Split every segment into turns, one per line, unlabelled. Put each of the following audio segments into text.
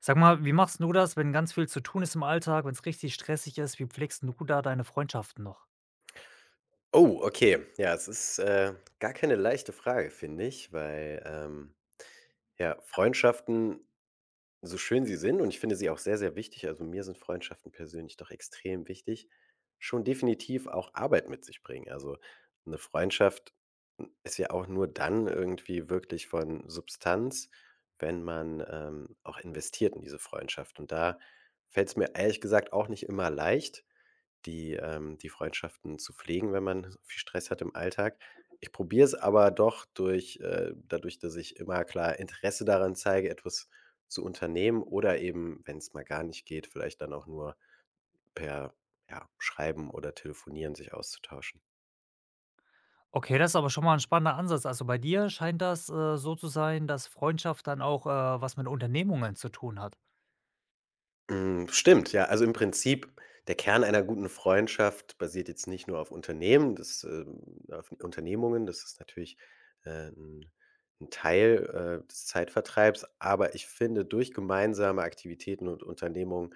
Sag mal, wie machst du das, wenn ganz viel zu tun ist im Alltag, wenn es richtig stressig ist? Wie pflegst du da deine Freundschaften noch?
Oh, okay. Ja, es ist, gar keine leichte Frage, finde ich, weil, ja, Freundschaften, so schön sie sind und ich finde sie auch sehr, sehr wichtig, also, mir sind Freundschaften persönlich doch extrem wichtig, schon definitiv auch Arbeit mit sich bringen. Also, eine Freundschaft, hm, ist ja auch nur dann irgendwie wirklich von Substanz, wenn man, auch investiert in diese Freundschaft. Und da fällt es mir ehrlich gesagt auch nicht immer leicht die die Freundschaften zu pflegen, wenn man viel Stress hat im Alltag. Ich probiere es aber doch durch dadurch, dass ich immer klar Interesse daran zeige, etwas zu unternehmen oder eben, wenn es mal gar nicht geht, vielleicht dann auch nur per, ja, Schreiben oder Telefonieren sich auszutauschen.
Okay, das ist aber schon mal ein spannender Ansatz. Also, bei dir scheint das, so zu sein, dass Freundschaft dann auch, was mit Unternehmungen zu tun hat.
Hm, stimmt, ja. Also, im Prinzip, der Kern einer guten Freundschaft basiert jetzt nicht nur auf Unternehmen, das, auf Unternehmungen, das ist natürlich, äh, 'n 'n Teil, des Zeitvertreibs, aber ich finde, durch gemeinsame Aktivitäten und Unternehmungen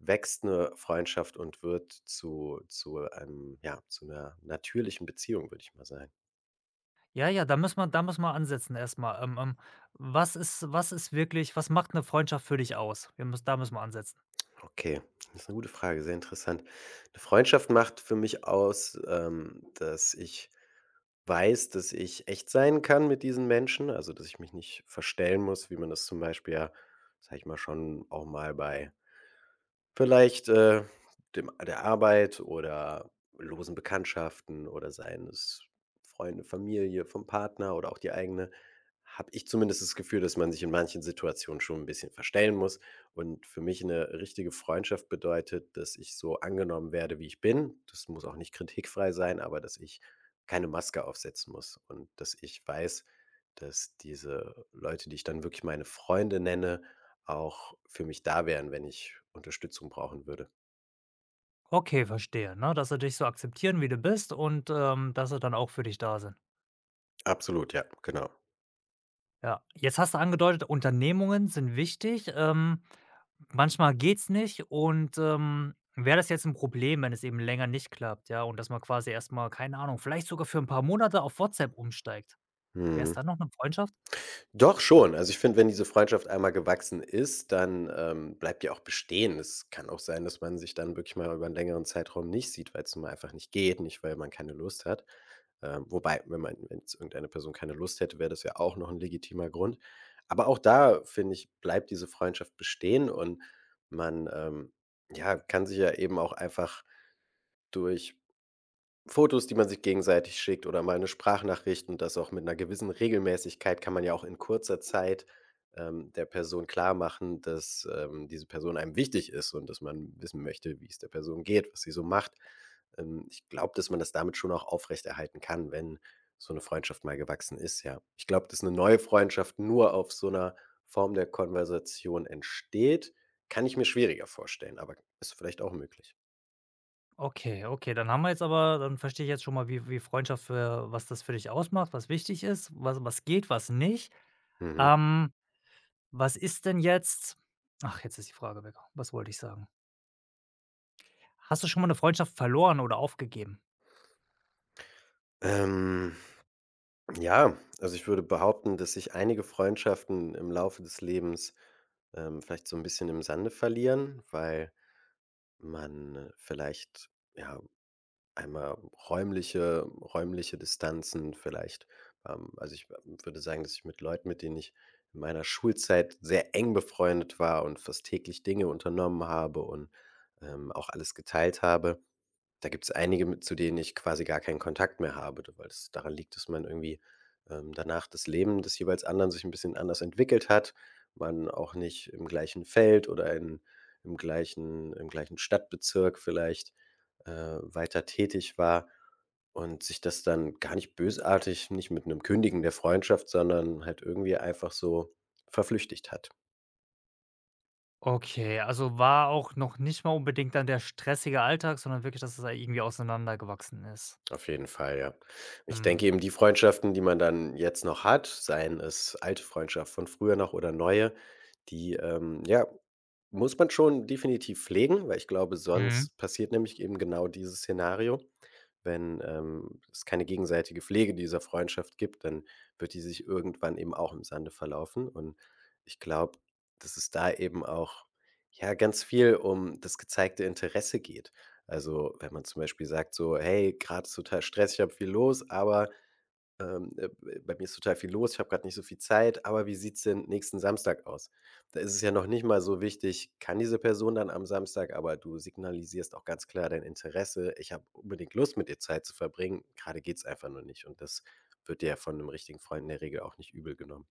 wächst eine Freundschaft und wird zu einem ja, zu einer natürlichen Beziehung, würde ich mal sagen.
Ja, ja, da muss man ansetzen erst mal. Was ist wirklich was macht eine Freundschaft für dich aus? Wir müssen da müssen wir ansetzen.
Okay, das ist eine gute Frage, sehr interessant. Eine Freundschaft macht für mich aus, dass ich weiß, dass ich echt sein kann mit diesen Menschen, also, dass ich mich nicht verstellen muss, wie man das zum Beispiel ja, sage ich mal, schon auch mal bei vielleicht, dem der Arbeit oder losen Bekanntschaften oder seien es Freunde, Familie vom Partner oder auch die eigene, habe ich zumindest das Gefühl, dass man sich in manchen Situationen schon ein bisschen verstellen muss. Und für mich eine richtige Freundschaft bedeutet, dass ich so angenommen werde, wie ich bin. Das muss auch nicht kritikfrei sein, aber dass ich keine Maske aufsetzen muss und dass ich weiß, dass diese Leute, die ich dann wirklich meine Freunde nenne, auch für mich da wären, wenn ich Unterstützung brauchen würde.
Okay, verstehe, ne, dass sie dich so akzeptieren, wie du bist, und, dass sie dann auch für dich da sind.
Absolut, ja, genau.
Ja, jetzt hast du angedeutet, Unternehmungen sind wichtig. Manchmal geht's nicht, und, wäre das jetzt ein Problem, wenn es eben länger nicht klappt, ja, und dass man quasi erst mal, keine Ahnung, vielleicht sogar für ein paar Monate auf WhatsApp umsteigt. Wäre es
Mhm.
dann noch eine Freundschaft?
Doch schon. Also, ich finde, wenn diese Freundschaft einmal gewachsen ist, dann, bleibt die auch bestehen. Es kann auch sein, dass man sich dann wirklich mal über einen längeren Zeitraum nicht sieht, weil's nun mal einfach nicht geht, nicht weil man keine Lust hat. Wobei, wenn jetzt irgendeine Person keine Lust hätte, wäre das ja auch noch ein legitimer Grund. Aber auch da, finde ich, bleibt diese Freundschaft bestehen und man, ja, kann sich ja eben auch einfach durch Fotos, die man sich gegenseitig schickt oder mal eine Sprachnachricht und das auch mit einer gewissen Regelmäßigkeit kann man ja auch in kurzer Zeit, der Person klarmachen, dass, diese Person einem wichtig ist und dass man wissen möchte, wie es der Person geht, was sie so macht. Ich glaube, dass man das damit schon auch aufrechterhalten kann, wenn so eine Freundschaft mal gewachsen ist, ja. Ich glaube, dass eine neue Freundschaft nur auf so einer Form der Konversation entsteht, kann ich mir schwieriger vorstellen, aber ist vielleicht auch möglich.
Okay, okay, dann haben wir jetzt aber dann verstehe ich jetzt schon mal, wie Freundschaft für was das für dich ausmacht, was wichtig ist, was geht, was nicht.
Mhm.
Ähm, was ist denn jetzt ach, jetzt ist die Frage weg. Was wollte ich sagen? Hast du schon mal eine Freundschaft verloren oder aufgegeben?
Ähm. Ja, also ich würde behaupten, dass sich einige Freundschaften im Laufe des Lebens, vielleicht so ein bisschen im Sande verlieren, weil man vielleicht, ja, einmal räumliche Distanzen vielleicht, also ich würde sagen, dass ich mit Leuten, mit denen ich in meiner Schulzeit sehr eng befreundet war und fast täglich Dinge unternommen habe und, auch alles geteilt habe, da gibt es einige, mit zu denen ich quasi gar keinen Kontakt mehr habe, d weil es daran liegt, dass man irgendwie, danach das Leben des jeweils anderen sich ein bisschen anders entwickelt hat, man auch nicht im gleichen Feld oder in im gleichen Stadtbezirk vielleicht, äh, weiter tätig war und sich das dann gar nicht bösartig, nicht mit einem Kündigen der Freundschaft, sondern halt irgendwie einfach so verflüchtigt hat.
Okay, also war auch noch nicht mal unbedingt dann der stressige Alltag, sondern wirklich, dass es da irgendwie auseinandergewachsen ist.
Auf jeden Fall, ja. Ich denke
Mhm.
eben, die Freundschaften, die man dann jetzt noch hat, seien es alte Freundschaft von früher noch oder neue, die, ja, muss man schon definitiv pflegen, weil ich glaube,
Mhm.
sonst passiert nämlich eben genau dieses Szenario, wenn, es keine gegenseitige Pflege dieser Freundschaft gibt, dann wird die sich irgendwann eben auch im Sande verlaufen. Und ich glaube, dass es da eben auch, ja, ganz viel um das gezeigte Interesse geht. Also, wenn man zum Beispiel sagt so: „Hey, gerade ist total stressig, ich habe viel los, aber ähm, äh, bei mir ist total viel los, ich habe gerade nicht so viel Zeit, aber wie sieht's denn nächsten Samstag aus? Da ist es ja noch nicht mal so wichtig, kann diese Person dann am Samstag, aber du signalisierst auch ganz klar dein Interesse: „Ich habe unbedingt Lust, mit dir Zeit zu verbringen. Grade geht's einfach nur nicht.“ Und das wird dir ja von einem richtigen Freund in der Regel auch nicht übelgenommen.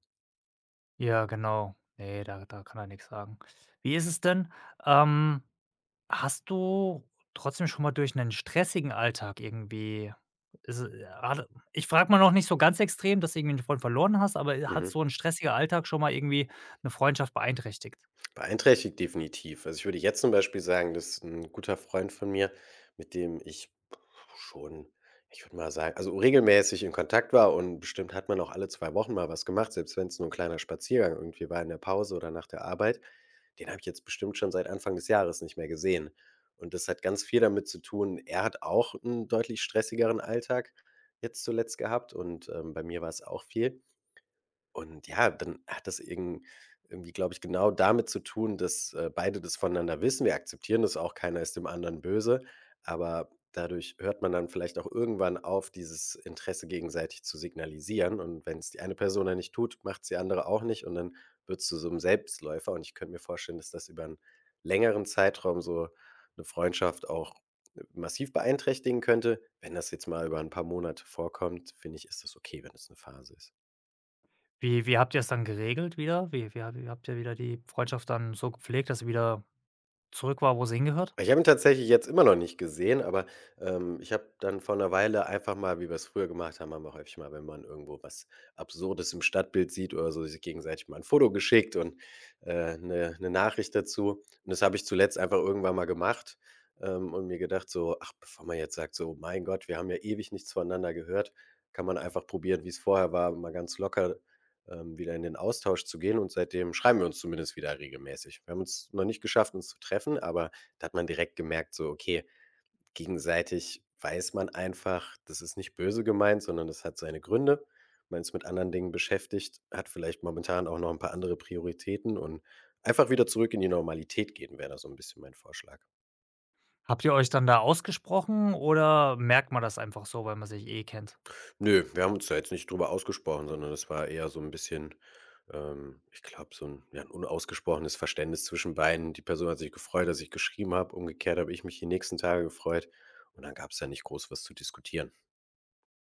Ja, genau. Ne, da kann er nichts sagen. Wie ist es denn, ähm, hast du trotzdem schon mal durch einen stressigen Alltag irgendwie ist es hat ich frage mal noch nicht so ganz extrem, dass du irgendwie einen Freund verloren hast, aber hat
Mhm.
so ein stressiger Alltag schon mal irgendwie eine Freundschaft beeinträchtigt?
Beeinträchtigt definitiv. Also, ich würde jetzt zum Beispiel sagen, dass ein guter Freund von mir, mit dem ich schon, ich würde mal sagen, also regelmäßig in Kontakt war und bestimmt hat man auch alle 2 Wochen mal was gemacht, selbst wenn es nur ein kleiner Spaziergang irgendwie war in der Pause oder nach der Arbeit. Den habe ich jetzt bestimmt schon seit Anfang des Jahres nicht mehr gesehen. Und das hat ganz viel damit zu tun, er hat auch einen deutlich stressigeren Alltag jetzt zuletzt gehabt und, bei mir war es auch viel. Und ja, dann hat das irgendwie, glaube ich, genau damit zu tun, dass, beide das voneinander wissen. Wir akzeptieren das auch, keiner ist dem anderen böse, aber dadurch hört man dann vielleicht auch irgendwann auf, dieses Interesse gegenseitig zu signalisieren. Und wenn es die eine Person dann nicht tut, macht es die andere auch nicht und dann wird es zu so einem Selbstläufer. Und ich könnte mir vorstellen, dass das über einen längeren Zeitraum so eine Freundschaft auch, massiv beeinträchtigen könnte. Wenn das jetzt mal über ein paar Monate vorkommt, finde ich, ist das okay, wenn es eine Phase ist.
Wie habt ihr es dann geregelt wieder? Wie habt ihr wieder die Freundschaft dann so gepflegt, dass sie wieder zurück war, wo es hingehört.
Ich habe ihn tatsächlich jetzt immer noch nicht gesehen, aber, ich habe dann vor einer Weile einfach mal, wie wir es früher gemacht haben, wir häufig mal, wenn man irgendwo was Absurdes im Stadtbild sieht oder so, sich gegenseitig mal ein Foto geschickt und, 'ne Nachricht dazu. Und das habe ich zuletzt einfach irgendwann mal gemacht, und mir gedacht so: „Ach, bevor man jetzt sagt so: ‚Mein Gott, wir haben ja ewig nichts voneinander gehört‘, kann man einfach probieren, wie es vorher war, mal ganz locker, wieder in den Austausch zu gehen.“ Und seitdem schreiben wir uns zumindest wieder regelmäßig. Wir haben uns noch nicht geschafft, uns zu treffen, aber da hat man direkt gemerkt, so, okay, gegenseitig weiß man einfach, das ist nicht böse gemeint, sondern das hat seine Gründe. Man ist mit anderen Dingen beschäftigt, hat vielleicht momentan auch noch ein paar andere Prioritäten und einfach wieder zurück in die Normalität gehen, wäre da so ein bisschen mein Vorschlag.
Habt ihr euch dann da ausgesprochen oder merkt man das einfach so, weil man sich eh kennt?
Nö, wir haben uns da jetzt nicht drüber ausgesprochen, sondern es war eher so ein bisschen, ich glaube, so ein ja, 'n unausgesprochenes Verständnis zwischen beiden. Die Person hat sich gefreut, dass ich geschrieben habe. Umgekehrt habe ich mich die nächsten Tage gefreut und dann gab es da nicht groß was zu diskutieren.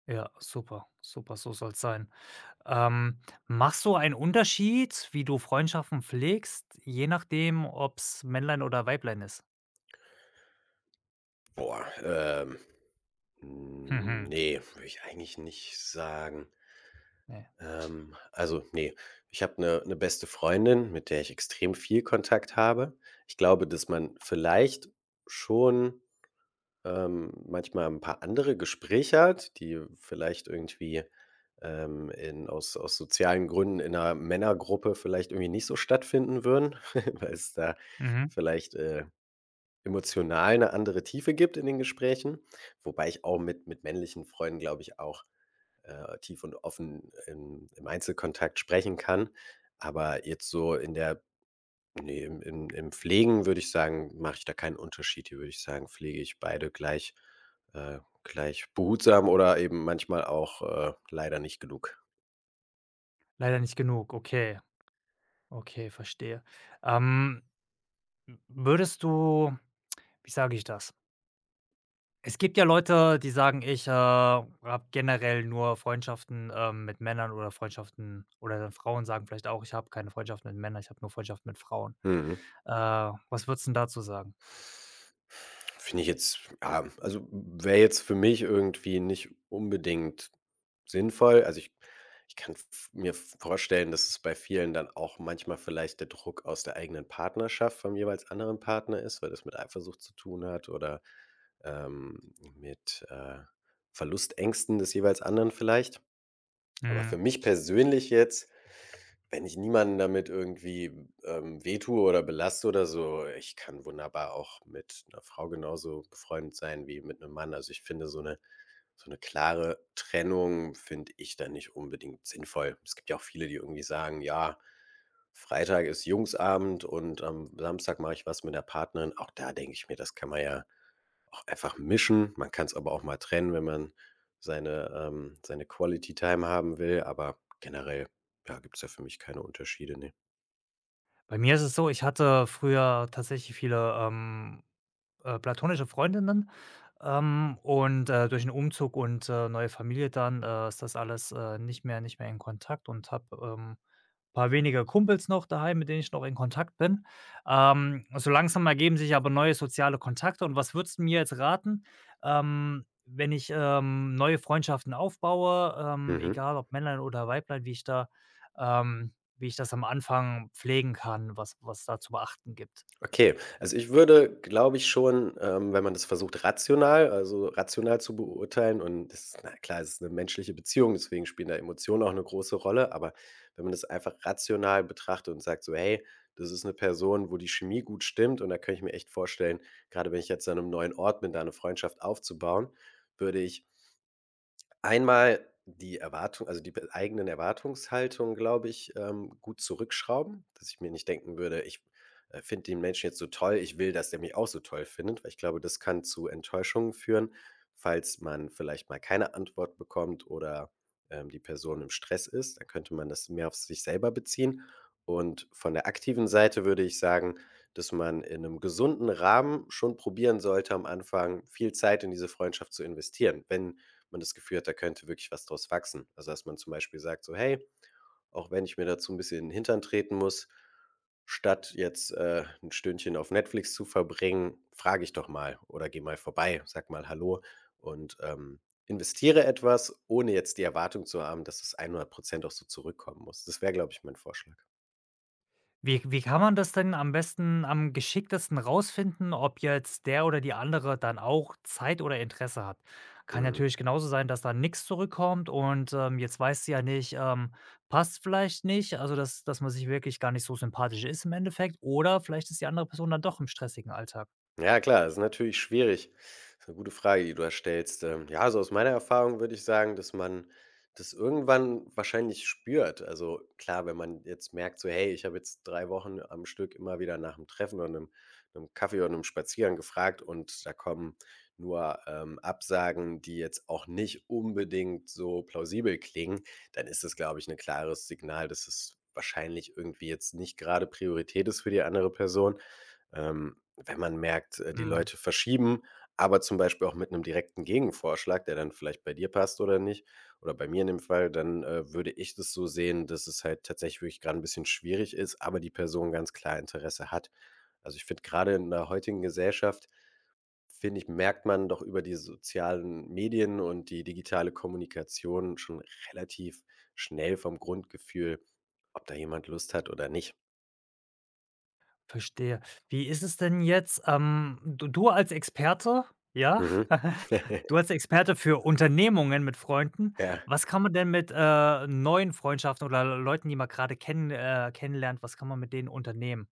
Ja, super, super, so soll's sein. Ähm, machst du einen Unterschied, wie du Freundschaften pflegst, je nachdem, ob's Männlein oder Weiblein ist?
Boah, ähm Hm,
Mhm,
ne, würde ich eigentlich nicht sagen.
ne.
Also, nee, ich habe eine 'ne 'ne beste Freundin, mit der ich extrem viel Kontakt habe. Ich glaube, dass man vielleicht schon, manchmal ein paar andere Gespräche hat, die vielleicht irgendwie, in aus aus sozialen Gründen in einer Männergruppe vielleicht irgendwie nicht so stattfinden würden, weil es da
Mhm.
vielleicht, emotional eine andere Tiefe gibt in den Gesprächen, wobei ich auch mit männlichen Freunden, glaube ich, auch, tief und offen im Einzelkontakt sprechen kann. Aber jetzt so in der ne, im Pflegen würde ich sagen, mache ich da keinen Unterschied. Hier würde ich sagen, pflege ich beide gleich gleich behutsam oder eben manchmal auch, leider nicht genug.
Leider nicht genug. Okay, okay, verstehe. Ähm, würdest du wie sage ich das? Es gibt ja Leute, die sagen: „Ich, habe generell nur Freundschaften, mit Männern oder Freundschaften“ oder Frauen sagen vielleicht auch: „Ich habe keine Freundschaft mit Männern, ich habe nur Freundschaft mit Frauen.“
Mhm.
Äh, was würdest 'n dazu sagen?
Finde ich jetzt ja, also wäre jetzt für mich irgendwie nicht unbedingt sinnvoll. Also, ich kann v mir vorstellen, dass es bei vielen dann auch manchmal vielleicht der Druck aus der eigenen Partnerschaft vom jeweils anderen Partner ist, weil das mit Eifersucht zu tun hat oder, ähm, mit, Verlustängsten des jeweils anderen vielleicht. Aber
Mhm.
für mich persönlich jetzt, wenn ich niemanden damit irgendwie, wehtue oder belaste oder so, ich kann wunderbar auch mit einer Frau genauso befreundet sein wie mit einem Mann. Also, ich finde so eine klare Trennung finde ich dann nicht unbedingt sinnvoll. Es gibt ja auch viele, die irgendwie sagen: „Ja, Freitag ist Jungsabend und am Samstag mache ich was mit der Partnerin.“ Auch da denke ich mir, das kann man ja auch einfach mischen. Man kann es aber auch mal trennen, wenn man seine seine Quality Time haben will, aber generell, ja, gibt es ja für mich keine Unterschiede, ne.
Bei mir ist es so, ich hatte früher tatsächlich viele, platonische Freundinnen, und, durch 'n Umzug und, neue Familie dann, ist das alles, nicht mehr in Kontakt, und habe, paar weniger Kumpels noch daheim, mit denen ich noch in Kontakt bin. So langsam ergeben sich aber neue soziale Kontakte, und was würdest du mir jetzt raten, wenn ich, neue Freundschaften aufbaue,
Mhm.
egal ob Männlein oder Weiblein, wie ich da wie ich das am Anfang pflegen kann, was was da zu beachten gibt?
Okay, also ich würde, glaube ich, schon, wenn man das versucht, rational, also rational zu beurteilen, und das ist, na klar, es ist eine menschliche Beziehung, deswegen spielen da Emotionen auch eine große Rolle, aber wenn man das einfach rational betrachtet und sagt, so, hey, das ist eine Person, wo die Chemie gut stimmt, und da könnte ich mir echt vorstellen, gerade wenn ich jetzt an einem neuen Ort bin, da eine Freundschaft aufzubauen, würde ich einmal die Erwartung, also die b eigenen Erwartungshaltung, glaube ich, gut zurückschrauben, dass ich mir nicht denken würde: „Ich, finde den Menschen jetzt so toll, ich will, dass der mich auch so toll findet.“ Weil ich glaube, das kann zu Enttäuschungen führen, falls man vielleicht mal keine Antwort bekommt oder, die Person im Stress ist. Dann könnte man das mehr auf sich selber beziehen. Und von der aktiven Seite würde ich sagen, dass man in einem gesunden Rahmen schon probieren sollte, am Anfang viel Zeit in diese Freundschaft zu investieren. Wenn man das Gefühl hat, da könnte wirklich was draus wachsen. Also, dass man zum Beispiel sagt so: „Hey, auch wenn ich mir dazu ein bisschen in den Hintern treten muss, statt jetzt, 'n Stündchen auf Netflix zu verbringen, frage ich doch mal oder gehe mal vorbei, sag mal hallo und, investiere etwas, ohne jetzt die Erwartung zu haben, dass es 100 auch so zurückkommen muss.“ Das wäre, glaube ich, mein Vorschlag.
Wie kann man das denn am besten am geschicktesten rausfinden, ob jetzt der oder die andere dann auch Zeit oder Interesse hat? Kann
Mhm.
natürlich genauso sein, dass da nichts zurückkommt, und, jetzt weißt du ja nicht, passt vielleicht nicht, also dass man sich wirklich gar nicht so sympathisch ist im Endeffekt, oder vielleicht ist die andere Person dann doch im stressigen Alltag.
Ja klar, ist natürlich schwierig. Ist 'ne gute Frage, die du da stellst. Ja, also aus meiner Erfahrung würde ich sagen, dass man das irgendwann wahrscheinlich spürt. Also klar, wenn man jetzt merkt so: „Hey, ich habe jetzt 3 Wochen am Stück immer wieder nach 'm Treffen oder einem 'nem Kaffee oder einem Spaziergang gefragt und da kommen nur, Absagen, die jetzt auch nicht unbedingt so plausibel klingen“, dann ist das, glaube ich, ein klares Signal, dass es wahrscheinlich irgendwie jetzt nicht gerade Priorität ist für die andere Person. Ähm, Wenn man merkt, die
Mhm.
Leute verschieben, aber zum Beispiel auch mit einem direkten Gegenvorschlag, der dann vielleicht bei dir passt oder nicht oder bei mir in dem Fall, dann, würde ich das so sehen, dass es halt tatsächlich wirklich gerade ein bisschen schwierig ist, aber die Person ganz klar Interesse hat. Also, ich finde gerade in der heutigen Gesellschaft, finde ich, merkt man doch über die sozialen Medien und die digitale Kommunikation schon relativ schnell vom Grundgefühl, ob da jemand Lust hat oder nicht.
Verstehe. Wie ist es denn jetzt, du als Experte, ja?
Mhm.
Du als Experte für Unternehmungen mit Freunden,
Ja.
was kann man denn mit, neuen Freundschaften oder Leuten, die man gerade kennen kennenlernt was kann man mit denen unternehmen?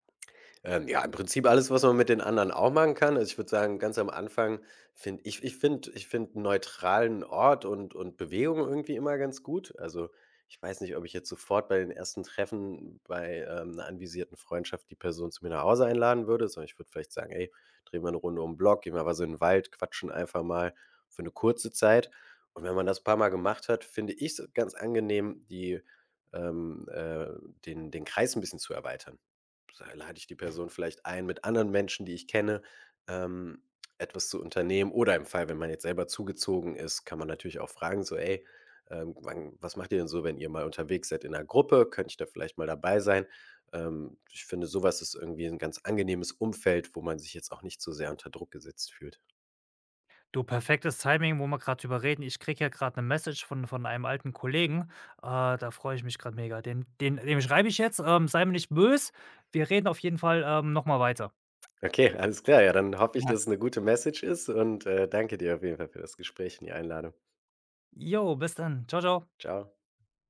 Ja, im Prinzip alles, was man mit den anderen auch machen kann. Also, ich würde sagen, ganz am Anfang finde ich ich finde einen neutralen Ort und Bewegung irgendwie immer ganz gut. Also, ich weiß nicht, ob ich jetzt sofort bei den ersten Treffen bei, 'ner anvisierten Freundschaft die Person zu mir nach Hause einladen würde, sondern ich würde vielleicht sagen: „Ey, drehen wir eine Runde um 'n Block, gehen wir mal so in den Wald, quatschen einfach mal für eine kurze Zeit.“ Und wenn man das ein paar Mal gemacht hat, finde ich es ganz angenehm, die, ähm, äh den Kreis ein bisschen zu erweitern. Sei Lade ich die Person vielleicht ein, mit anderen Menschen, die ich kenne, ähm, etwas zu unternehmen. Oder im Fall, wenn man jetzt selber zugezogen ist, kann man natürlich auch fragen, so, ey, wann, was macht ihr denn so, wenn ihr mal unterwegs seid in einer Gruppe? Könnte ich da vielleicht mal dabei sein? Ich finde, sowas ist irgendwie ein ganz angenehmes Umfeld, wo man sich jetzt auch nicht so sehr unter Druck gesetzt fühlt.
Du, perfektes Timing, wo wir gerade drüber reden. Ich kriege ja gerade eine Message von einem alten Kollegen, äh, da freue ich mich gerade mega. Den den dem schreibe ich jetzt, sei mir nicht böse. Wir reden auf jeden Fall, noch mal weiter.
Okay, alles klar. Ja, dann hoffe ich,
Ja.
dass es eine gute Message ist und danke dir auf jeden Fall für das Gespräch und die Einladung.
Jo, bis dann. Ciao, ciao.
Ciao.